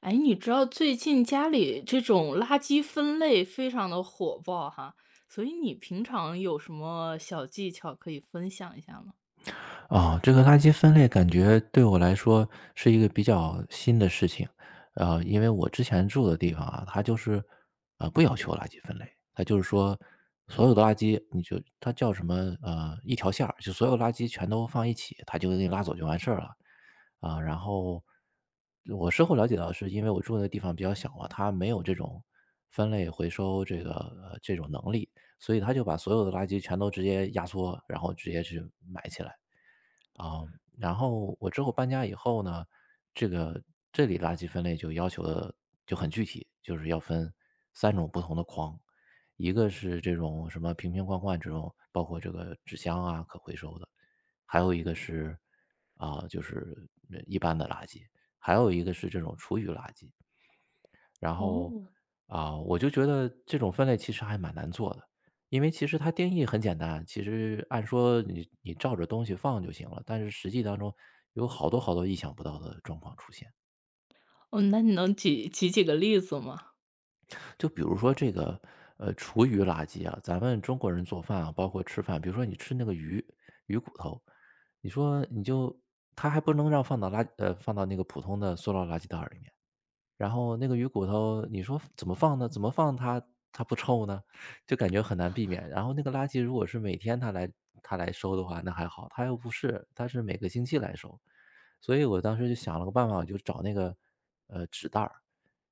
哎，你知道最近家里这种垃圾分类非常的火爆哈，所以你平常有什么小技巧可以分享一下吗？这个垃圾分类感觉对我来说是一个比较新的事情。因为我之前住的地方啊，它就是，不要求垃圾分类，它就是说所有的垃圾你就它叫什么一条线儿，就所有垃圾全都放一起，它就给你拉走就完事儿了。然后我事后了解到，是因为我住的地方比较小嘛，它没有这种分类回收这个这种能力，所以他就把所有的垃圾全都直接压缩，然后直接去埋起来。啊，然后我之后搬家以后呢，这个这里垃圾分类就要求的就很具体，就是要分三种不同的筐。一个是这种什么瓶瓶罐罐这种，包括这个纸箱啊，可回收的；还有一个是，就是一般的垃圾；还有一个是这种厨余垃圾。然后，哦。我就觉得这种分类其实还蛮难做的，因为其实它定义很简单，其实按说你照着东西放就行了，但是实际当中有好多好多意想不到的状况出现。哦，那你能举举几个例子吗？就比如说这个，厨余垃圾啊，咱们中国人做饭啊，包括吃饭，比如说你吃那个鱼骨头。你说你就它还不能让放到放到那个普通的塑料垃圾袋儿里面，然后那个鱼骨头，你说怎么放呢？怎么放它不臭呢？就感觉很难避免。然后那个垃圾如果是每天他来收的话，那还好，他又不是，他是每个星期来收。所以我当时就想了个办法，我就找那个纸袋儿，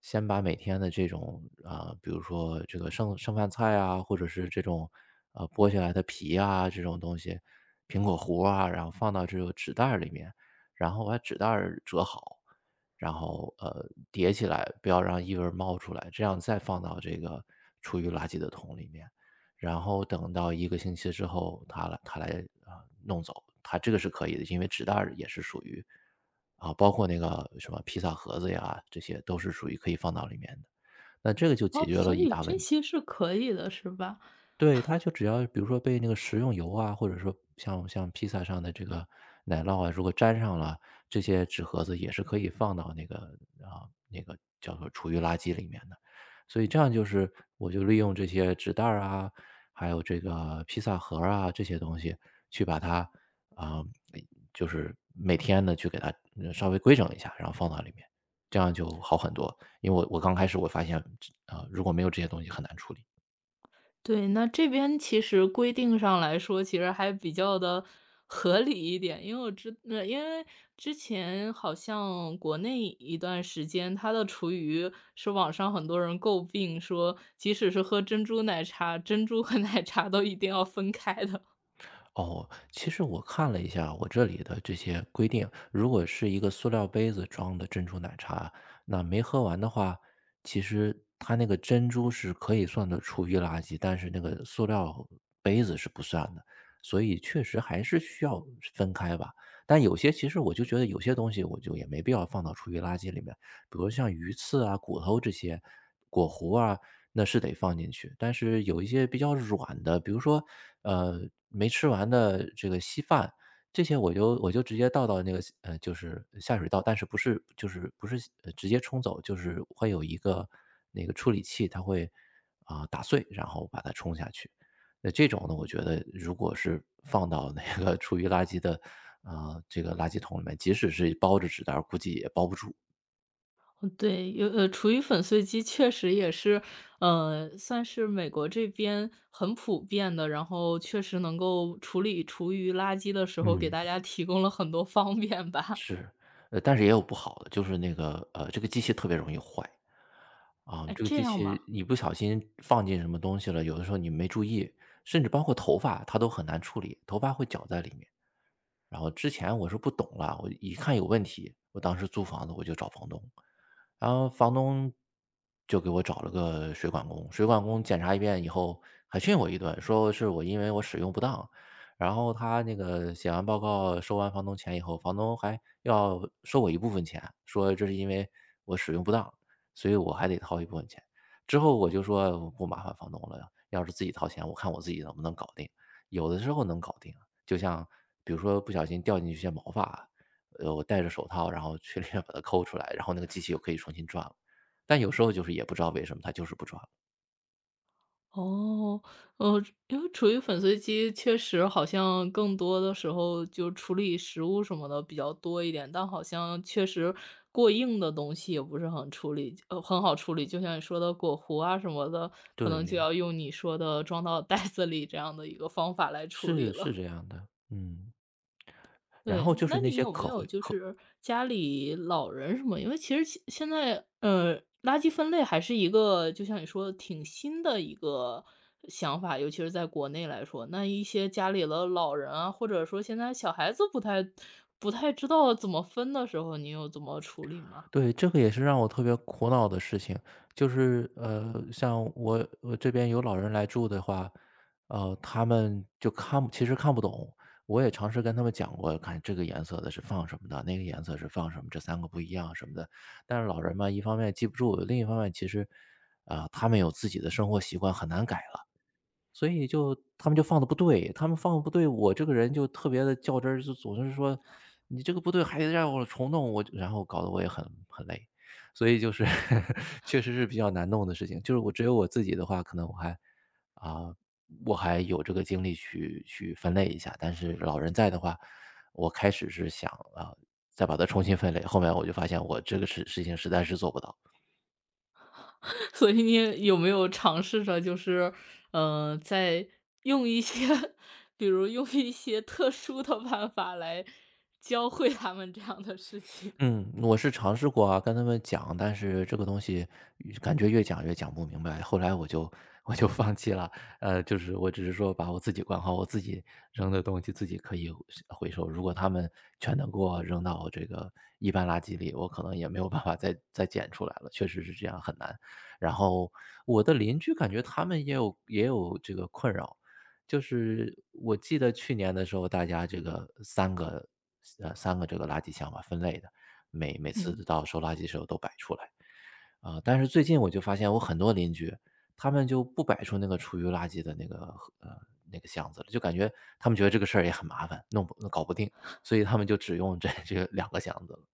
先把每天的这种比如说这个剩饭菜啊，或者是这种剥下来的皮啊这种东西，苹果核啊，然后放到这个纸袋儿里面，然后把纸袋儿折好。然后叠起来，不要让异味儿冒出来，这样再放到这个厨余垃圾的桶里面。然后等到一个星期之后，他来弄走，他这个是可以的，因为纸袋儿也是属于包括那个什么披萨盒子呀，这些都是属于可以放到里面的。那这个就解哦，决所了一以大这问题。些是可以的，是吧？对，它就只要比如说被那个食用油啊，或者说像披萨上的这个奶酪啊，如果沾上了，这些纸盒子也是可以放到那个那个叫做厨余垃圾里面的。所以这样就是我就利用这些纸袋儿啊，还有这个披萨盒儿啊，这些东西去把它啊，就是每天呢去给它稍微规整一下，然后放到里面，这样就好很多。因为我刚开始我发现，如果没有这些东西很难处理。对，那这边其实规定上来说，其实还比较的合理一点。因为因为之前好像国内一段时间，它的厨余是网上很多人诟病说，即使是喝珍珠奶茶，珍珠和奶茶都一定要分开的。哦，其实我看了一下我这里的这些规定，如果是一个塑料杯子装的珍珠奶茶，那没喝完的话，其实它那个珍珠是可以算作厨余垃圾，但是那个塑料杯子是不算的，所以确实还是需要分开吧。但有些其实我就觉得有些东西我就也没必要放到厨余垃圾里面，比如像鱼刺啊、骨头这些，果核啊，那是得放进去。但是有一些比较软的，比如说，呃，没吃完的这个稀饭，这些我就直接倒到那个就是下水道，但是不是就是不是直接冲走，就是会有一个那个处理器，它会打碎，然后把它冲下去。那这种呢，我觉得如果是放到那个厨余垃圾的这个垃圾桶里面，即使是包着纸袋儿，估计也包不住。嗯对，厨余粉碎机确实也是，算是美国这边很普遍的，然后确实能够处理厨余垃圾的时候，给嗯。大家提供了很多方便吧。是，但是也有不好的，就是那个，这个机器特别容易坏。哎，这个这机样吗？器你不小心放进什么东西了，有的时候你没注意，甚至包括头发它都很难处理，头发会搅在里面。然后之前我是不懂了，我一看有问题，我当时租房子我就找房东。然后房东就给我找了个水管工，水管工检查一遍以后还训我一顿，说是我因为我使用不当。然后他那个写完报告收完房东钱以后，房东还要收我一部分钱，说这是因为我使用不当，所以我还得掏一部分钱。之后我就说我不麻烦房东了，要是自己掏钱，我看我自己能不能搞定。有的时候能搞定啊，就像比如说不小心掉进去一些毛发，我戴着手套，然后去里面把它抠出来，然后那个机器又可以重新转了。但有时候就是也不知道为什么它就是不转了。哦，呃，因为处于粉碎机确实好像更多的时候就处理食物什么的比较多一点，但好像确实过硬的东西也不是很处理呃，很好处理。就像你说的果核啊什么的，可能就对，要用你说的装到袋子里这样的一个方法来处理是是了。这样的，嗯。然对，后就那是那你些。有没可有回就可是家里老人什么？因为其实现在，垃圾分类还是一个，就像你说的，挺新的一个想法，尤其是在国内来说，那一些家里的老人啊，或者说现在小孩子不太知道怎么分的时候，你有怎么处理吗？对，这个也是让我特别苦恼的事情，就是像我我这边有老人来住的话，他们就看不其实看不懂。我也尝试跟他们讲过，看这个颜色的是放什么的，那个颜色是放什么，这三个不一样什么的。但是老人嘛，一方面记不住，另一方面其实，他们有自己的生活习惯，很难改了。所以就他们就放的不对，他们放的不对，我这个人就特别的较真儿，就总是说："你这个不对，还得让我重弄。"我就然后搞得我也很累，所以就是 确实是比较难弄的事情。就是我只有我自己的话，可能啊，我还有这个精力去分类一下，但是老人在的话，我开始是想，啊，再把它重新分类，后面我就发现我这个事情实在是做不到。所以你也有没有尝试着就是，嗯，在用一些，比如用一些特殊的办法来教会他们这样的事情？嗯，我是尝试过啊，跟他们讲，但是这个东西越感觉越讲不明白，后来我就放弃了。呃，就是我只是说把我自己管好，我自己扔的东西自己可以回收。如果他们全能给我扔到这个一般垃圾里，我可能也没有办法再捡出来了。确实是这样，很难。然后我的邻居感觉他们也有这个困扰，就是我记得去年的时候，大家这个三个这个垃圾箱吧分类的。每嗯，次到收垃圾的时候都摆出来。但是最近我就发现我很多邻居，他们就不摆出那个厨余垃圾的呃，那个箱子了，就感觉他们觉得这个事儿也很麻烦，弄不搞不定，所以他们就只用这两个箱子了。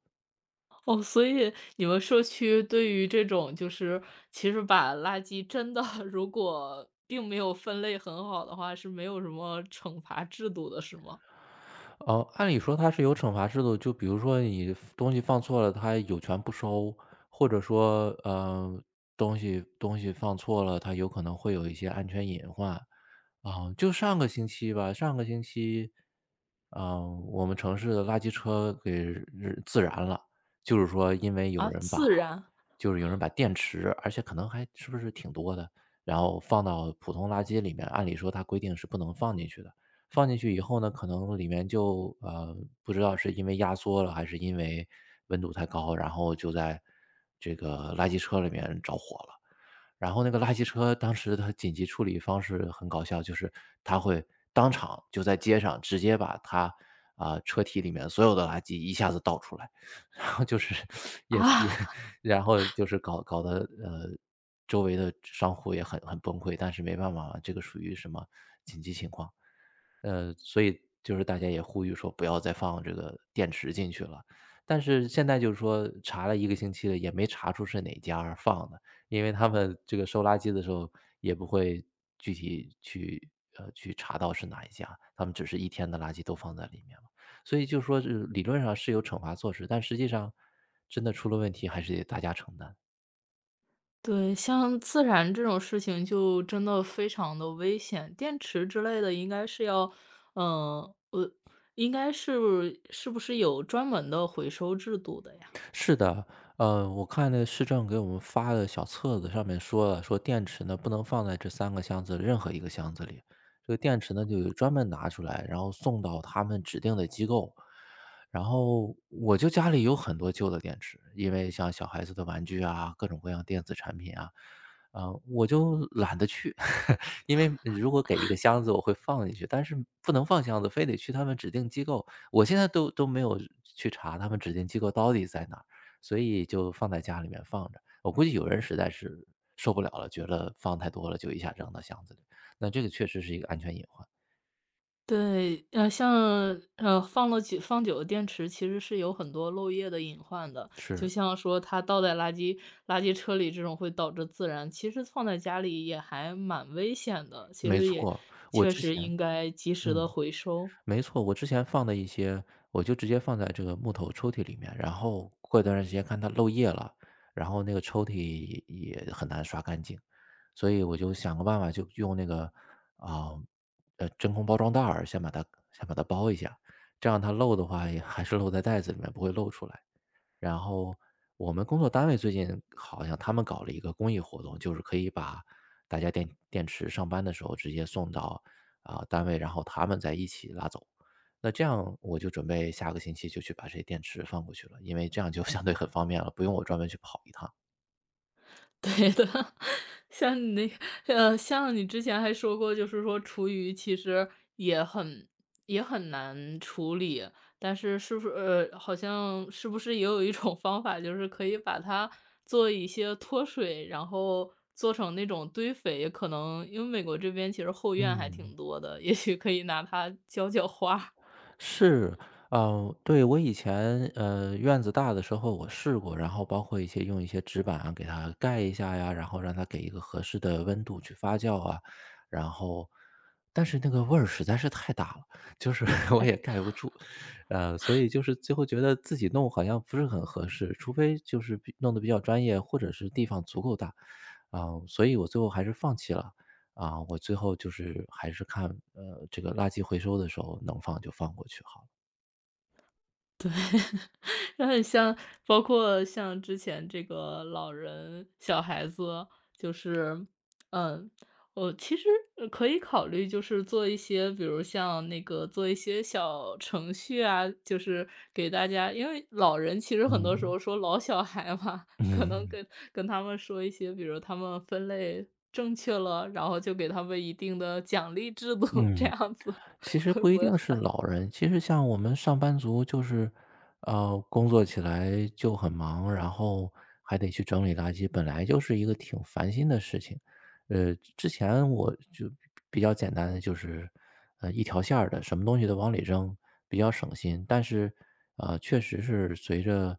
哦，所以你们社区对于这种就是其实把垃圾真的 如果并没有分类很好的话，是没有什么惩罚制度的，是吗？按理说它是有惩罚制度，就比如说你东西放错了，它有权不收；或者说，东西放错了，它有可能会有一些安全隐患。就上个星期吧，上个星期，嗯，我们城市的垃圾车给日自燃了，就是说因为有啊，人把自然就是有人把电池，而且可能还是不是挺多的，然后放到普通垃圾里面，按理说它规定是不能放进去的。放进去以后呢，可能里面就不知道是因为压缩了，还是因为温度太高，然后就在这个垃圾车里面着火了。然后那个垃圾车当时它紧急处理方式很搞笑，就是它会当场就在街上直接把它车体里面所有的垃圾一下子倒出来。然后就是 也是也啊，然后就是搞得，周围的商户也很崩溃，但是没办法嘛，这个属于什么紧急情况。所以就是大家也呼吁说不要再放这个电池进去了。但是现在就是说查了一个星期了，也没查出是哪家儿放的，因为他们这个收垃圾的时候也不会具体去去查到是哪一家，他们只是一天的垃圾都放在里面。所以就说是理论上是有惩罚措施，但实际上真的出了问题还是得大家承担。对，像自燃这种事情就真的非常的危险，电池之类的应该是要嗯，应该是是不是有专门的回收制度的呀？是的，我看那市政给我们发的小册子上面说了，说电池呢不能放在这三个箱子任何一个箱子里，这个电池呢就专门拿出来，然后送到他们指定的机构。然后我就家里有很多旧的电池，因为像小孩子的玩具啊，各种各样电子产品啊，我就懒得去，因为如果给一个箱子，我会放进去，但是不能放箱子，非得去他们指定机构。我现在都没有去查他们指定机构到底在哪。所以就放在家里面放着。我估计有人实在是受不了了，觉得放太多了，就一下扔到箱子里。那这个确实是一个安全隐患，对，像放了放久的电池其实是有很多漏液的隐患的，就是，像说它倒在垃圾车里这种会导致自燃，其实放在家里也还蛮危险的，其没实也错，我确之实前应该及时的嗯。回收。没错，我之前放的一些，我就直接放在这个木头抽屉里面，然后过一段时间看它漏液了，然后那个抽屉也很难刷干净，所以我就想个办法，就用那个啊真空包装袋儿先把它包一下，这样它漏的话也还是漏在袋子里面，不会漏出来。然后我们工作单位最近好像他们搞了一个公益活动，就是可以把大家电电池上班的时候直接送到单位，然后他们再一起拉走。那这样我就准备下个星期就去把这些电池放过去了，因为这样就相对很方便了，不用我专门去跑一趟。对的，像你像你之前还说过，就是说厨余其实也很也很难处理，但是是不是好像是不是也有一种方法，就是可以把它做一些脱水，然后做成那种堆肥，可能因为美国这边其实后院还嗯。挺多的，也许可以拿它浇浇花。是，对，我以前，院子大的时候我试过，然后包括一些用一些纸板啊，给它盖一下呀，然后让它给一个合适的温度去发酵啊，然后但是那个味儿实在是太大了，就是 我也盖不住，所以就是最后觉得自己弄好像不是很合适，除非就是比弄得比较专业，或者是地方足够大，啊，所以我最后还是放弃了。啊，我最后就是还是看，这个垃圾回收的时候能放就放过去好了。它很像包括像之前这个老人、小孩子，就是嗯，我其实可以考虑，就是做一些，比如像那个做一些小程序啊，就是给大家，因为老人其实很多时嗯，候说老小孩嘛，可能嗯，跟他们说一些，比如他们分类正确了，然后就给他们一定的奖励制度，这嗯。样子 其 实会不不一会定好？是老人，其实像我们上班族，就是，工作起来就很忙，然后还得去整理垃圾，本来就是一个挺烦心的事情。之前我就比较简单的就是，一条线儿的，什么东西都往里扔，比较省心。但是，确实是随着，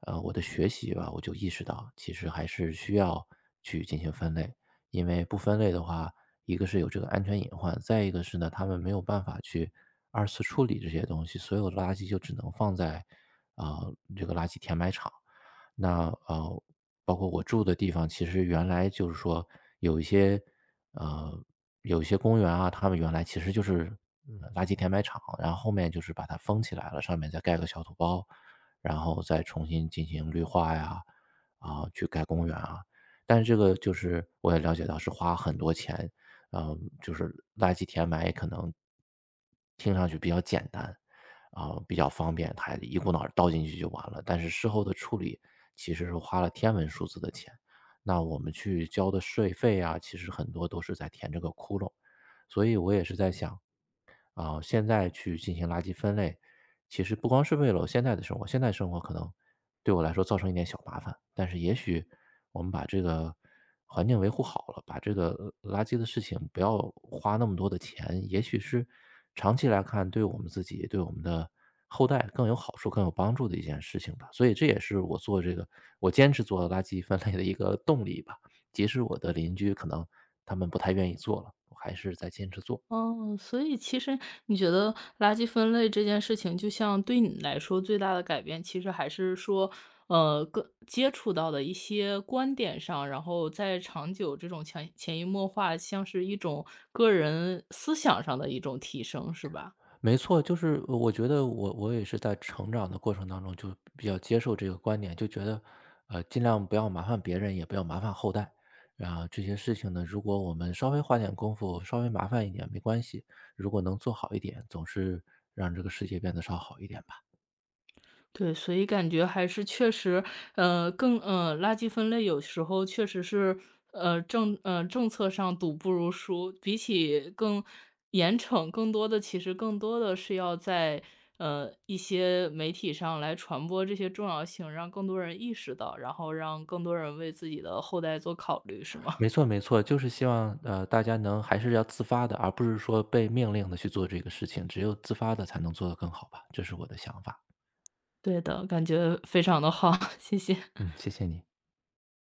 我的学习吧，我就意识到，其实还是需要去进行分类，因为不分类的话，一个是有这个安全隐患，再一个是呢，他们没有办法去二次处理这些东西，所有的垃圾就只能放在这个垃圾填埋场。那,包括我住的地方，其实原来就是说有一些呃有一些公园啊，他们原来其实就是嗯垃圾填埋场，然后后面就是把它封起来了，上面再盖个小土包，然后再重新进行绿化呀，去盖公园啊。但是这个就是我也了解到是花很多钱，就是垃圾填埋可能听上去比较简单，啊，比较方便，它一股脑儿倒进去就完了。但是事后的处理其实是花了天文数字的钱，那我们去交的税费啊，其实很多都是在填这个窟窿。所以我也是在想，啊，现在去进行垃圾分类，其实不光是为了我现在的生活，现在生活可能对我来说造成一点小麻烦，但是也许我们把这个环境维护好了，把这个垃圾的事情不要花那么多的钱，也许是长期来看对我们自己、对我们的后代更有好处、更有帮助的一件事情吧。所以这也是我做这个，我坚持做垃圾分类的一个动力吧。即使我的邻居可能他们不太愿意做了，我还是在坚持做。哦，所以其实你觉得垃圾分类这件事情，就像对你来说最大的改变，其实还是说，更接触到的一些观点上，然后在长久这种潜移默化，像是一种个人思想上的一种提升，是吧？没错，就是我觉得我也是在成长的过程当中，就比较接受这个观点，就觉得，尽量不要麻烦别人，也不要麻烦后代。啊，这些事情呢，如果我们稍微花点功夫，稍微麻烦一点没关系，如果能做好一点，总是让这个世界变得稍好一点吧。对，所以感觉还是确实，垃圾分类有时候确实是，政策上堵不如疏，比起更严惩，更多的是要在一些媒体上来传播这些重要性，让更多人意识到，然后让更多人为自己的后代做考虑，是吗？没错，没错，就是希望大家能还是要自发的，而不是说被命令的去做这个事情，只有自发的才能做得更好吧，这是我的想法。对的，感觉非常的好，谢谢。嗯，谢谢你。